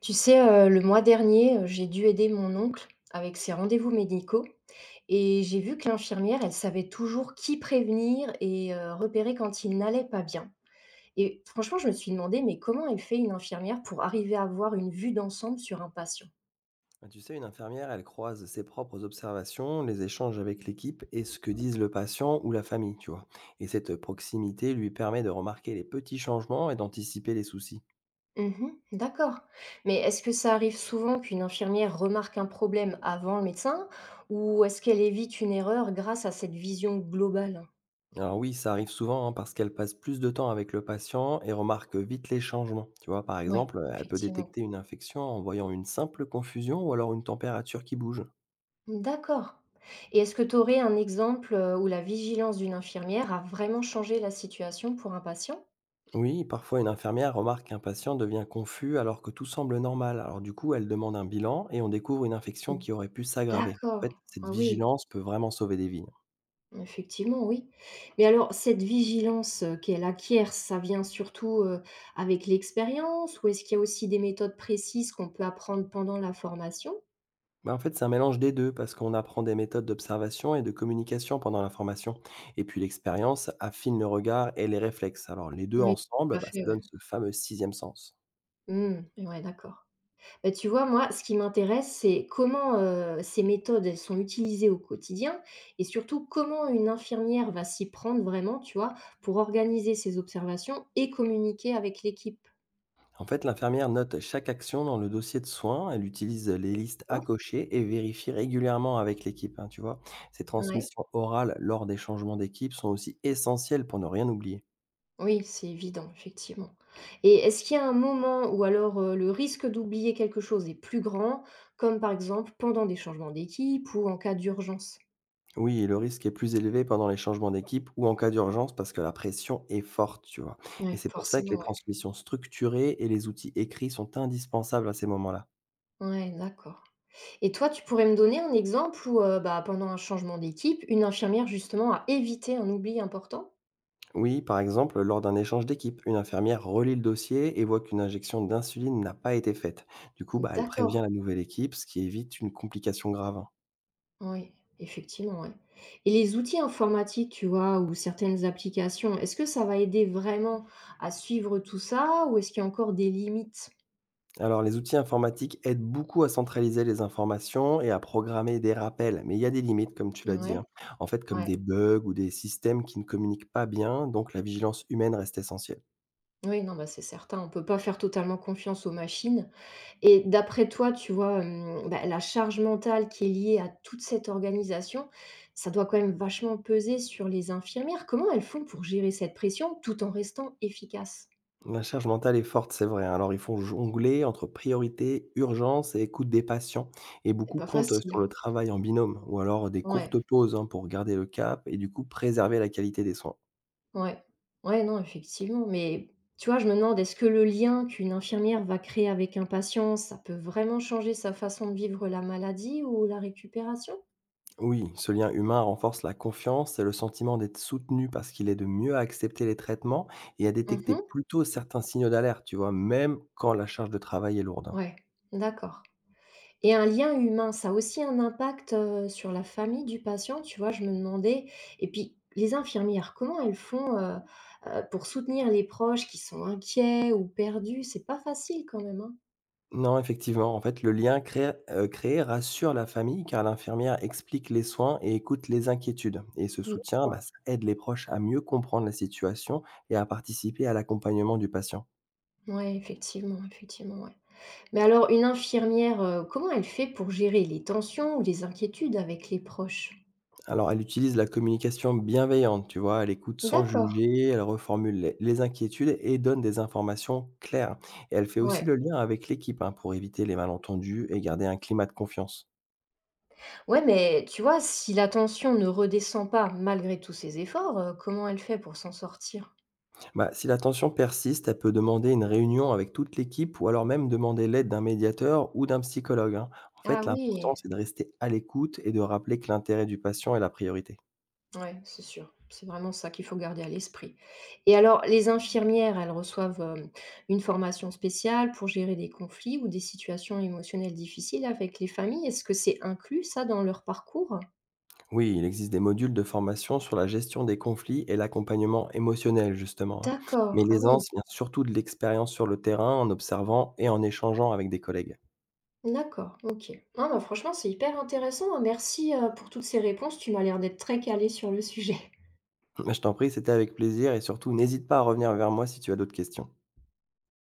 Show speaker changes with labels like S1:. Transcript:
S1: Tu sais, le mois dernier, j'ai dû aider mon oncle avec ses rendez-vous médicaux et j'ai vu que l'infirmière, elle savait toujours qui prévenir et repérer quand il n'allait pas bien et franchement, je me suis demandé, mais comment elle fait une infirmière pour arriver à avoir une vue d'ensemble sur un patient?
S2: Bah, tu sais, une infirmière, elle croise ses propres observations, les échanges avec l'équipe et ce que disent le patient ou la famille, tu vois. Et cette proximité lui permet de remarquer les petits changements et d'anticiper les soucis.
S1: Mmh, d'accord. Mais est-ce que ça arrive souvent qu'une infirmière remarque un problème avant le médecin ou est-ce qu'elle évite une erreur grâce à cette vision globale?
S2: Alors oui, ça arrive souvent hein, parce qu'elle passe plus de temps avec le patient et remarque vite les changements. Tu vois, par
S1: Ouais,
S2: exemple, elle peut
S1: effectivement.
S2: détecter une infection en voyant une simple confusion ou alors une température qui bouge.
S1: D'accord. Et est-ce que tu aurais un exemple, où la vigilance d'une infirmière a vraiment changé la situation pour un patient?
S2: Oui, parfois une infirmière remarque qu'un patient devient confus alors que tout semble normal. Alors du coup, elle demande un bilan et on découvre une infection qui aurait pu s'aggraver. En
S1: D'accord.
S2: fait, cette
S1: Ah oui,
S2: vigilance peut vraiment sauver des vies.
S1: effectivement, oui. Mais alors cette vigilance, qu'elle acquiert, ça vient surtout, avec l'expérience ou est-ce qu'il y a aussi des méthodes précises qu'on peut apprendre pendant la formation?
S2: Bah, en fait, c'est un mélange des deux parce qu'on apprend des méthodes d'observation et de communication pendant la formation. Et puis l'expérience affine le regard et les réflexes. Alors les deux
S1: Oui, tout
S2: ensemble,
S1: à
S2: bah,
S1: fait,
S2: ça
S1: ouais.
S2: donne ce fameux sixième sens.
S1: Mmh, ouais, d'accord. Tu vois, moi, ce qui m'intéresse, c'est comment, ces méthodes, elles sont utilisées au quotidien et surtout comment une infirmière va s'y prendre vraiment, tu vois, pour organiser ses observations et communiquer avec l'équipe?
S2: En fait, l'infirmière note chaque action dans le dossier de soins. Elle utilise les listes à cocher et vérifie régulièrement avec l'équipe, hein, tu vois, ces
S1: Ouais.
S2: transmissions orales lors des changements d'équipe sont aussi essentielles pour ne rien oublier.
S1: Oui, c'est évident, effectivement, et est-ce qu'il y a un moment où alors, le risque d'oublier quelque chose est plus grand, comme par exemple pendant des changements d'équipe ou en cas d'urgence?
S2: Oui, et le risque est plus élevé pendant les changements d'équipe ou en cas d'urgence parce que la pression est forte, tu vois. Et
S1: Oui,
S2: c'est pour ça que les
S1: forcément, oui.
S2: transmissions structurées et les outils écrits sont indispensables à ces moments-là.
S1: Ouais. Ouais, d'accord. Et toi, tu pourrais me donner un exemple où, bah, pendant un changement d'équipe, une infirmière justement a évité un oubli important?
S2: Oui, par exemple, lors d'un échange d'équipe, une infirmière relit le dossier et voit qu'une injection d'insuline n'a pas été faite. Du coup, bah, elle prévient
S1: D'accord,
S2: la nouvelle équipe, ce qui évite une complication grave, hein.
S1: oui, effectivement, ouais. Et les outils informatiques, tu vois, ou certaines applications, est-ce que ça va aider vraiment à suivre tout ça ou est-ce qu'il y a encore des limites?
S2: Alors, les outils informatiques aident beaucoup à centraliser les informations et à programmer des rappels, mais il y a des limites, comme tu l'as dit,
S1: Ouais,
S2: hein. En fait, comme
S1: ouais.
S2: des bugs ou des systèmes qui ne communiquent pas bien, donc la vigilance humaine reste essentielle.
S1: Oui, non, bah, c'est certain, on ne peut pas faire totalement confiance aux machines. Et d'après toi, tu vois, bah, la charge mentale qui est liée à toute cette organisation, ça doit quand même vachement peser sur les infirmières. Comment elles font pour gérer cette pression tout en restant efficaces?
S2: La charge mentale est forte, c'est vrai, hein. Alors, il faut jongler entre priorité, urgence et écoute des patients. Et
S1: C'est
S2: beaucoup
S1: pas
S2: comptent
S1: facile,
S2: sur
S1: hein.
S2: le travail en binôme ou alors des
S1: Ouais,
S2: courtes pauses hein, pour garder le cap et du coup préserver la qualité des soins.
S1: ouais. Ouais, non, effectivement, mais tu vois, je me demande, est-ce que le lien qu'une infirmière va créer avec un patient, ça peut vraiment changer sa façon de vivre la maladie ou la récupération?
S2: Oui, ce lien humain renforce la confiance et le sentiment d'être soutenu parce qu'il aide mieux à accepter les traitements et à détecter
S1: Mhm.
S2: plutôt certains signaux d'alerte, tu vois, même quand la charge de travail est lourde, hein.
S1: Ouais, d'accord. Et un lien humain, ça a aussi un impact, sur la famille du patient, tu vois? Je me demandais, et puis les infirmières, comment elles font, pour soutenir les proches qui sont inquiets ou perdus? C'est pas facile quand même, hein?
S2: Non, effectivement, en fait, le lien créé rassure la famille car l'infirmière explique les soins et écoute les inquiétudes et ce soutien,
S1: D'accord.
S2: bah, ça aide les proches à mieux comprendre la situation et à participer à l'accompagnement du patient.
S1: Ouais, effectivement, effectivement, ouais. Mais alors une infirmière, comment elle fait pour gérer les tensions ou les inquiétudes avec les proches?
S2: Alors elle utilise la communication bienveillante, tu vois? Elle écoute sans
S1: D'accord,
S2: juger, elle reformule les inquiétudes et donne des informations claires et elle fait aussi
S1: ouais.
S2: le lien avec l'équipe, hein, pour éviter les malentendus et garder un climat de confiance.
S1: Ouais, mais tu vois, si la tension ne redescend pas malgré tous ses efforts, comment elle fait pour s'en sortir?
S2: Bah, si la tension persiste, elle peut demander une réunion avec toute l'équipe ou alors même demander l'aide d'un médiateur ou d'un psychologue, hein. En
S1: Ah
S2: fait,
S1: oui!
S2: l'important, c'est de rester à l'écoute et de rappeler que l'intérêt du patient est la priorité.
S1: Ouais, c'est sûr. C'est vraiment ça qu'il faut garder à l'esprit. Et alors, les infirmières, elles reçoivent, une formation spéciale pour gérer des conflits ou des situations émotionnelles difficiles avec les familles. Est-ce que c'est inclus ça dans leur parcours?
S2: Oui, il existe des modules de formation sur la gestion des conflits et l'accompagnement émotionnel, justement, hein. Mais
S1: D'accord, ah oui,
S2: l'aisance vient surtout de l'expérience sur le terrain, en observant et en échangeant avec des collègues.
S1: d'accord, OK. Non, bah, franchement, c'est hyper intéressant, hein. Merci, pour toutes ces réponses. Tu m'as l'air d'être très calée sur le sujet.
S2: Bah, je t'en prie, c'était avec plaisir et surtout, n'hésite pas à revenir vers moi si tu as d'autres questions.